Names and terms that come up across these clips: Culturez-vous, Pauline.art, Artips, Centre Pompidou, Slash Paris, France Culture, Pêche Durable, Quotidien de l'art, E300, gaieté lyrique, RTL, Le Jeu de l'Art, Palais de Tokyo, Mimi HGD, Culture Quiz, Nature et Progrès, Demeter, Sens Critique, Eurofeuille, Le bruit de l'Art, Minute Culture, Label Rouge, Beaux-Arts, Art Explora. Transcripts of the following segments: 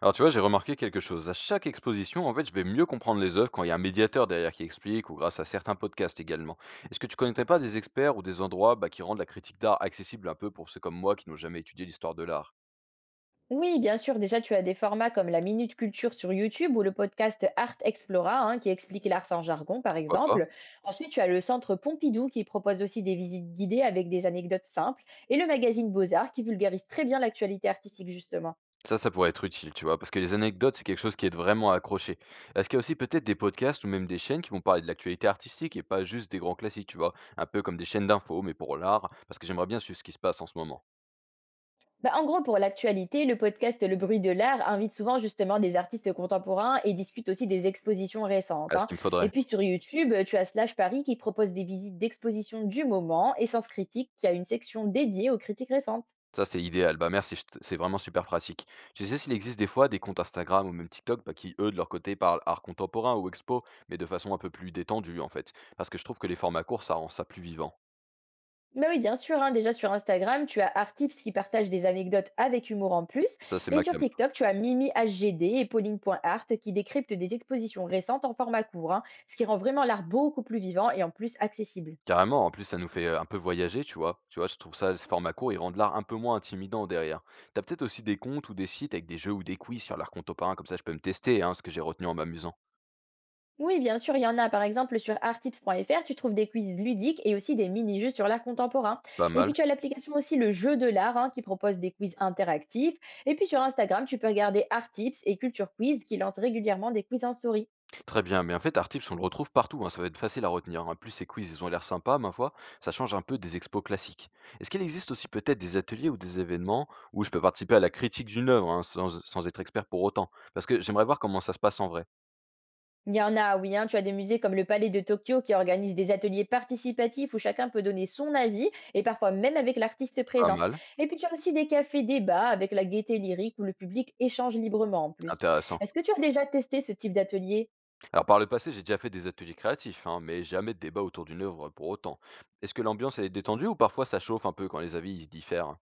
Alors tu vois, j'ai remarqué quelque chose. À chaque exposition, en fait, je vais mieux comprendre les œuvres quand il y a un médiateur derrière qui explique ou grâce à certains podcasts également. Est-ce que tu connaîtrais pas des experts ou des endroits qui rendent la critique d'art accessible un peu pour ceux comme moi qui n'ont jamais étudié l'histoire de l'art. Oui, bien sûr. Déjà, tu as des formats comme la Minute Culture sur YouTube ou le podcast Art Explora, hein, qui explique l'art sans jargon, par Pourquoi pas. exemple. Ensuite, tu as le Centre Pompidou qui propose aussi des visites guidées avec des anecdotes simples et le magazine Beaux-Arts qui vulgarise très bien l'actualité artistique, justement. Ça, ça pourrait être utile, tu vois, parce que les anecdotes, c'est quelque chose qui est vraiment à accrocher. Est-ce qu'il y a aussi peut-être des podcasts ou même des chaînes qui vont parler de l'actualité artistique et pas juste des grands classiques, tu vois? Un peu comme des chaînes d'infos, mais pour l'art, parce que j'aimerais bien suivre ce qui se passe en ce moment. Bah, en gros, pour l'actualité, le podcast Le bruit de l'Art invite souvent justement des artistes contemporains et discute aussi des expositions récentes, Ah, hein. ce qu'il me Et faudrait. puis sur YouTube, tu as Slash Paris qui propose des visites d'expositions du moment et Sens Critique qui a une section dédiée aux critiques récentes. Ça, c'est idéal. Bah, merci, je t c'est vraiment super pratique. Tu sais s'il existe des fois des comptes Instagram ou même TikTok, qui eux, de leur côté, parlent art contemporain ou expo, mais de façon un peu plus détendue, en fait? Parce que je trouve que les formats courts, ça rend ça plus vivant. Bah oui, bien sûr, hein, déjà sur Instagram, tu as Artips qui partage des anecdotes avec humour en plus. Ça, c'est Et ma sur came. TikTok, tu as Mimi HGD et Pauline.art qui décryptent des expositions récentes en format court, hein, ce qui rend vraiment l'art beaucoup plus vivant et en plus accessible. Carrément, en plus, ça nous fait, un peu voyager, tu vois? Tu vois, je trouve ça, ces formats courts, ils rendent l'art un peu moins intimidant derrière. T'as peut-être aussi des comptes ou des sites avec des jeux ou des quiz sur l'art contemporain, comme ça je peux me tester, hein, ce que j'ai retenu en m'amusant. Oui, bien sûr, il y en a. Par exemple, sur artips.fr, tu trouves des quiz ludiques et aussi des mini-jeux sur l'art contemporain. Pas Et puis, mal. tu as l'application aussi Le Jeu de l'Art, hein, qui propose des quiz interactifs. Et puis, sur Instagram, tu peux regarder Artips et Culture Quiz qui lancent régulièrement des quiz en souris. Très bien, mais en fait, Artips, on le retrouve partout, hein, ça va être facile à retenir, hein. En plus, ces quiz, ils ont l'air sympas, ma foi, ça change un peu des expos classiques. Est-ce qu'il existe aussi peut-être des ateliers ou des événements où je peux participer à la critique d'une œuvre, hein, sans être expert pour autant? Parce que j'aimerais voir comment ça se passe en vrai. Il y en a, oui, hein, tu as des musées comme le Palais de Tokyo qui organise des ateliers participatifs où chacun peut donner son avis et parfois même avec l'artiste Pas présent. mal, Et puis, tu as aussi des cafés débats avec la gaieté lyrique où le public échange librement en plus. intéressant. Est-ce que tu as déjà testé ce type d'atelier? Alors, par le passé, j'ai déjà fait des ateliers créatifs, hein, mais jamais de débat autour d'une œuvre pour autant. Est-ce que l'ambiance, elle est détendue ou parfois ça chauffe un peu quand les avis ils diffèrent?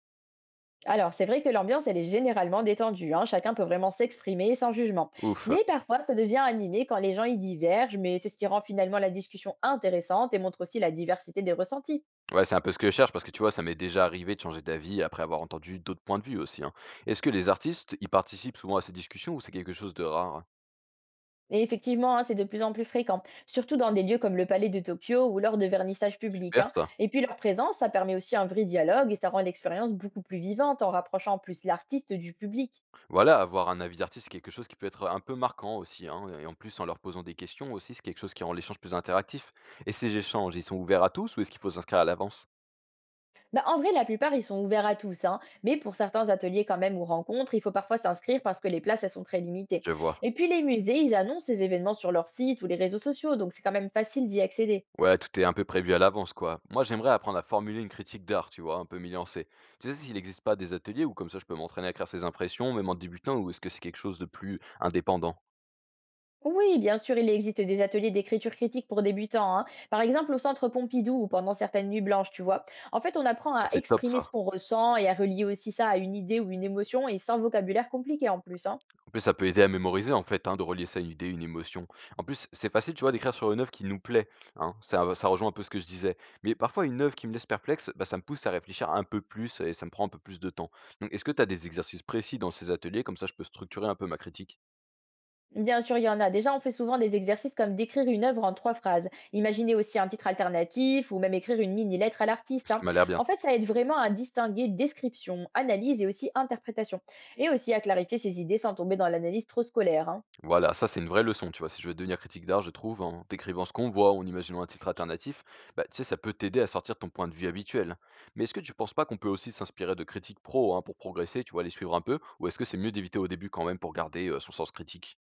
Alors, c'est vrai que l'ambiance, elle est généralement détendue, hein, chacun peut vraiment s'exprimer sans jugement. Ouf. Mais parfois, ça devient animé quand les gens y divergent, mais c'est ce qui rend finalement la discussion intéressante et montre aussi la diversité des ressentis. Ouais, c'est un peu ce que je cherche parce que tu vois, ça m'est déjà arrivé de changer d'avis après avoir entendu d'autres points de vue aussi, hein. Est-ce que les artistes, ils participent souvent à ces discussions ou c'est quelque chose de rare? Et effectivement, hein, c'est de plus en plus fréquent, surtout dans des lieux comme le Palais de Tokyo ou lors de vernissages publics, Super hein. ça. Et puis, leur présence, ça permet aussi un vrai dialogue et ça rend l'expérience beaucoup plus vivante en rapprochant en plus l'artiste du public. Voilà, avoir un avis d'artiste, c'est quelque chose qui peut être un peu marquant aussi, hein. Et en plus, en leur posant des questions aussi, c'est quelque chose qui rend l'échange plus interactif. Et ces échanges, ils sont ouverts à tous ou est-ce qu'il faut s'inscrire à l'avance? Bah, en vrai, la plupart, ils sont ouverts à tous, hein. Mais pour certains ateliers quand même ou rencontres, il faut parfois s'inscrire parce que les places, elles sont très limitées. Je vois. Et puis les musées, ils annoncent ces événements sur leur site ou les réseaux sociaux, donc c'est quand même facile d'y accéder. Ouais, tout est un peu prévu à l'avance, quoi. Moi, j'aimerais apprendre à formuler une critique d'art, tu vois, un peu m'y lancer. Tu sais s'il n'existe pas des ateliers où comme ça je peux m'entraîner à créer ses impressions, même en débutant, ou est-ce que c'est quelque chose de plus indépendant? Oui, bien sûr, il existe des ateliers d'écriture critique pour débutants, hein. Par exemple, au centre Pompidou ou pendant certaines nuits blanches, tu vois. En fait, on apprend à Ça, c'est top, exprimer ce ça. qu'on ressent et à relier aussi ça à une idée ou une émotion et sans vocabulaire compliqué en plus, hein. En plus, ça peut aider à mémoriser, en fait, hein, de relier ça à une idée, une émotion. En plus, c'est facile, tu vois, d'écrire sur une œuvre qui nous plaît, hein. Ça rejoint un peu ce que je disais. Mais parfois, une œuvre qui me laisse perplexe, bah, ça me pousse à réfléchir un peu plus et ça me prend un peu plus de temps. Donc, est-ce que tu as des exercices précis dans ces ateliers, comme ça je peux structurer un peu ma critique? Bien sûr, il y en a. Déjà, on fait souvent des exercices comme d'écrire une œuvre en trois phrases. Imaginez aussi un titre alternatif ou même écrire une mini-lettre à l'artiste, Ça hein. m'a l'air bien, En ça. fait, ça aide vraiment à distinguer description, analyse et aussi interprétation. Et aussi à clarifier ses idées sans tomber dans l'analyse trop scolaire, hein. Voilà, ça c'est une vraie leçon, tu vois? Si je veux devenir critique d'art, je trouve, en décrivant ce qu'on voit ou en imaginant un titre alternatif, bah, tu sais, ça peut t'aider à sortir de ton point de vue habituel. Mais est-ce que tu penses pas qu'on peut aussi s'inspirer de critiques pro hein, pour progresser, tu vois, les suivre un peu? Ou est-ce que c'est mieux d'éviter au début quand même pour garder son sens critique?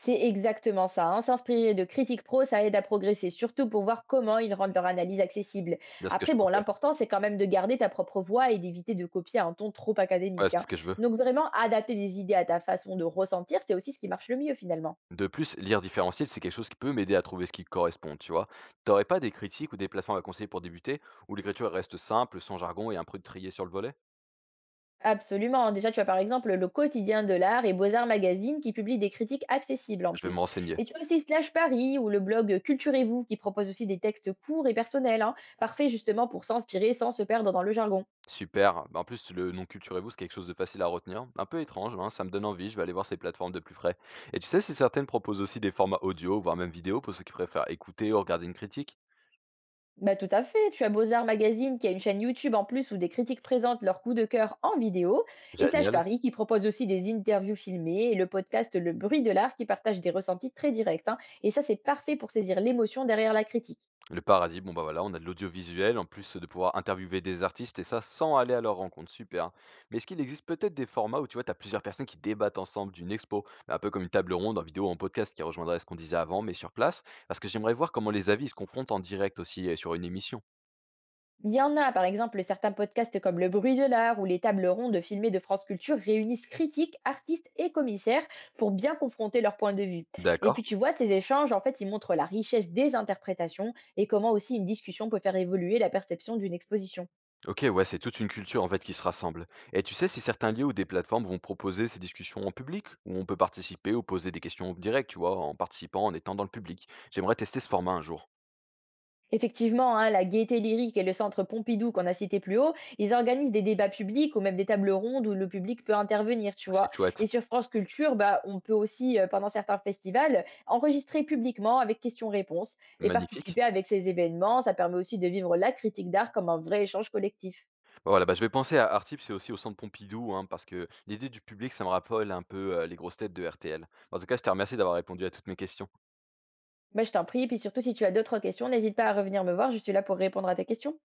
C'est exactement ça, hein. S'inspirer de critiques pro, ça aide à progresser, surtout pour voir comment ils rendent leur analyse accessible. C'est ce que je Après, bon, pensais. l'important, c'est quand même de garder ta propre voix et d'éviter de copier un ton trop Ouais, académique, c'est hein. ce que je veux. Donc, vraiment, adapter des idées à ta façon de ressentir, c'est aussi ce qui marche le mieux finalement. De plus, lire différentiel, c'est quelque chose qui peut m'aider à trouver ce qui correspond, tu vois? T'aurais pas des critiques ou des plateformes à conseiller pour débuter, où l'écriture reste simple, sans jargon et un peu triée sur le volet? Absolument, hein. Déjà, tu as par exemple le quotidien de l'art et Beaux-Arts Magazine qui publie des critiques accessibles en Je vais me plus. renseigner. Et tu as aussi Slash Paris ou le blog Culturez-vous qui propose aussi des textes courts et personnels, hein, parfait justement pour s'inspirer sans se perdre dans le jargon. Super. Bah, en plus, le nom Culturez-vous, c'est quelque chose de facile à retenir. Un peu étrange, hein, ça me donne envie, je vais aller voir ces plateformes de plus près. Et tu sais si certaines proposent aussi des formats audio, voire même vidéo, pour ceux qui préfèrent écouter ou regarder une critique? Bah, tout à fait. Tu as Beaux-Arts Magazine qui a une chaîne YouTube en plus où des critiques présentent leurs coups de cœur en vidéo. Et Slash Génial. Paris qui propose aussi des interviews filmées et le podcast Le bruit de l'art qui partage des ressentis très directs, hein. Et ça, c'est parfait pour saisir l'émotion derrière la critique. Le paradis, bon bah voilà, on a de l'audiovisuel, en plus de pouvoir interviewer des artistes, et ça sans aller à leur rencontre, super. Mais est-ce qu'il existe peut-être des formats où tu vois, tu as plusieurs personnes qui débattent ensemble d'une expo, un peu comme une table ronde en vidéo ou en podcast qui rejoindrait ce qu'on disait avant, mais sur place, parce que j'aimerais voir comment les avis se confrontent en direct aussi sur une émission. Il y en a, par exemple, certains podcasts comme Le bruit de l'art ou les tables rondes filmées de France Culture réunissent critiques, artistes et commissaires pour bien confronter leurs points de vue. Et D'accord. puis tu vois, ces échanges, en fait, ils montrent la richesse des interprétations et comment aussi une discussion peut faire évoluer la perception d'une exposition. Ok, ouais, c'est toute une culture en fait qui se rassemble. Et tu sais si certains lieux ou des plateformes vont proposer ces discussions en public, où on peut participer ou poser des questions directes, tu vois, en participant, en étant dans le public. J'aimerais tester ce format un jour. Effectivement, hein, la Gaieté Lyrique et le Centre Pompidou qu'on a cité plus haut, ils organisent des débats publics ou même des tables rondes où le public peut intervenir, tu vois. C'est Et chouette, sur France Culture, bah, on peut aussi, pendant certains festivals, enregistrer publiquement avec questions-réponses et magnifique. participer avec ces événements. Ça permet aussi de vivre la critique d'art comme un vrai échange collectif. Voilà, bah, je vais penser à Artip, c'est aussi au centre Pompidou, hein, parce que l'idée du public, ça me rappelle un peu les grosses têtes de RTL. En tout cas, je te remercie d'avoir répondu à toutes mes questions. Bah, je t'en prie, et puis surtout si tu as d'autres questions, n'hésite pas à revenir me voir, je suis là pour répondre à tes questions.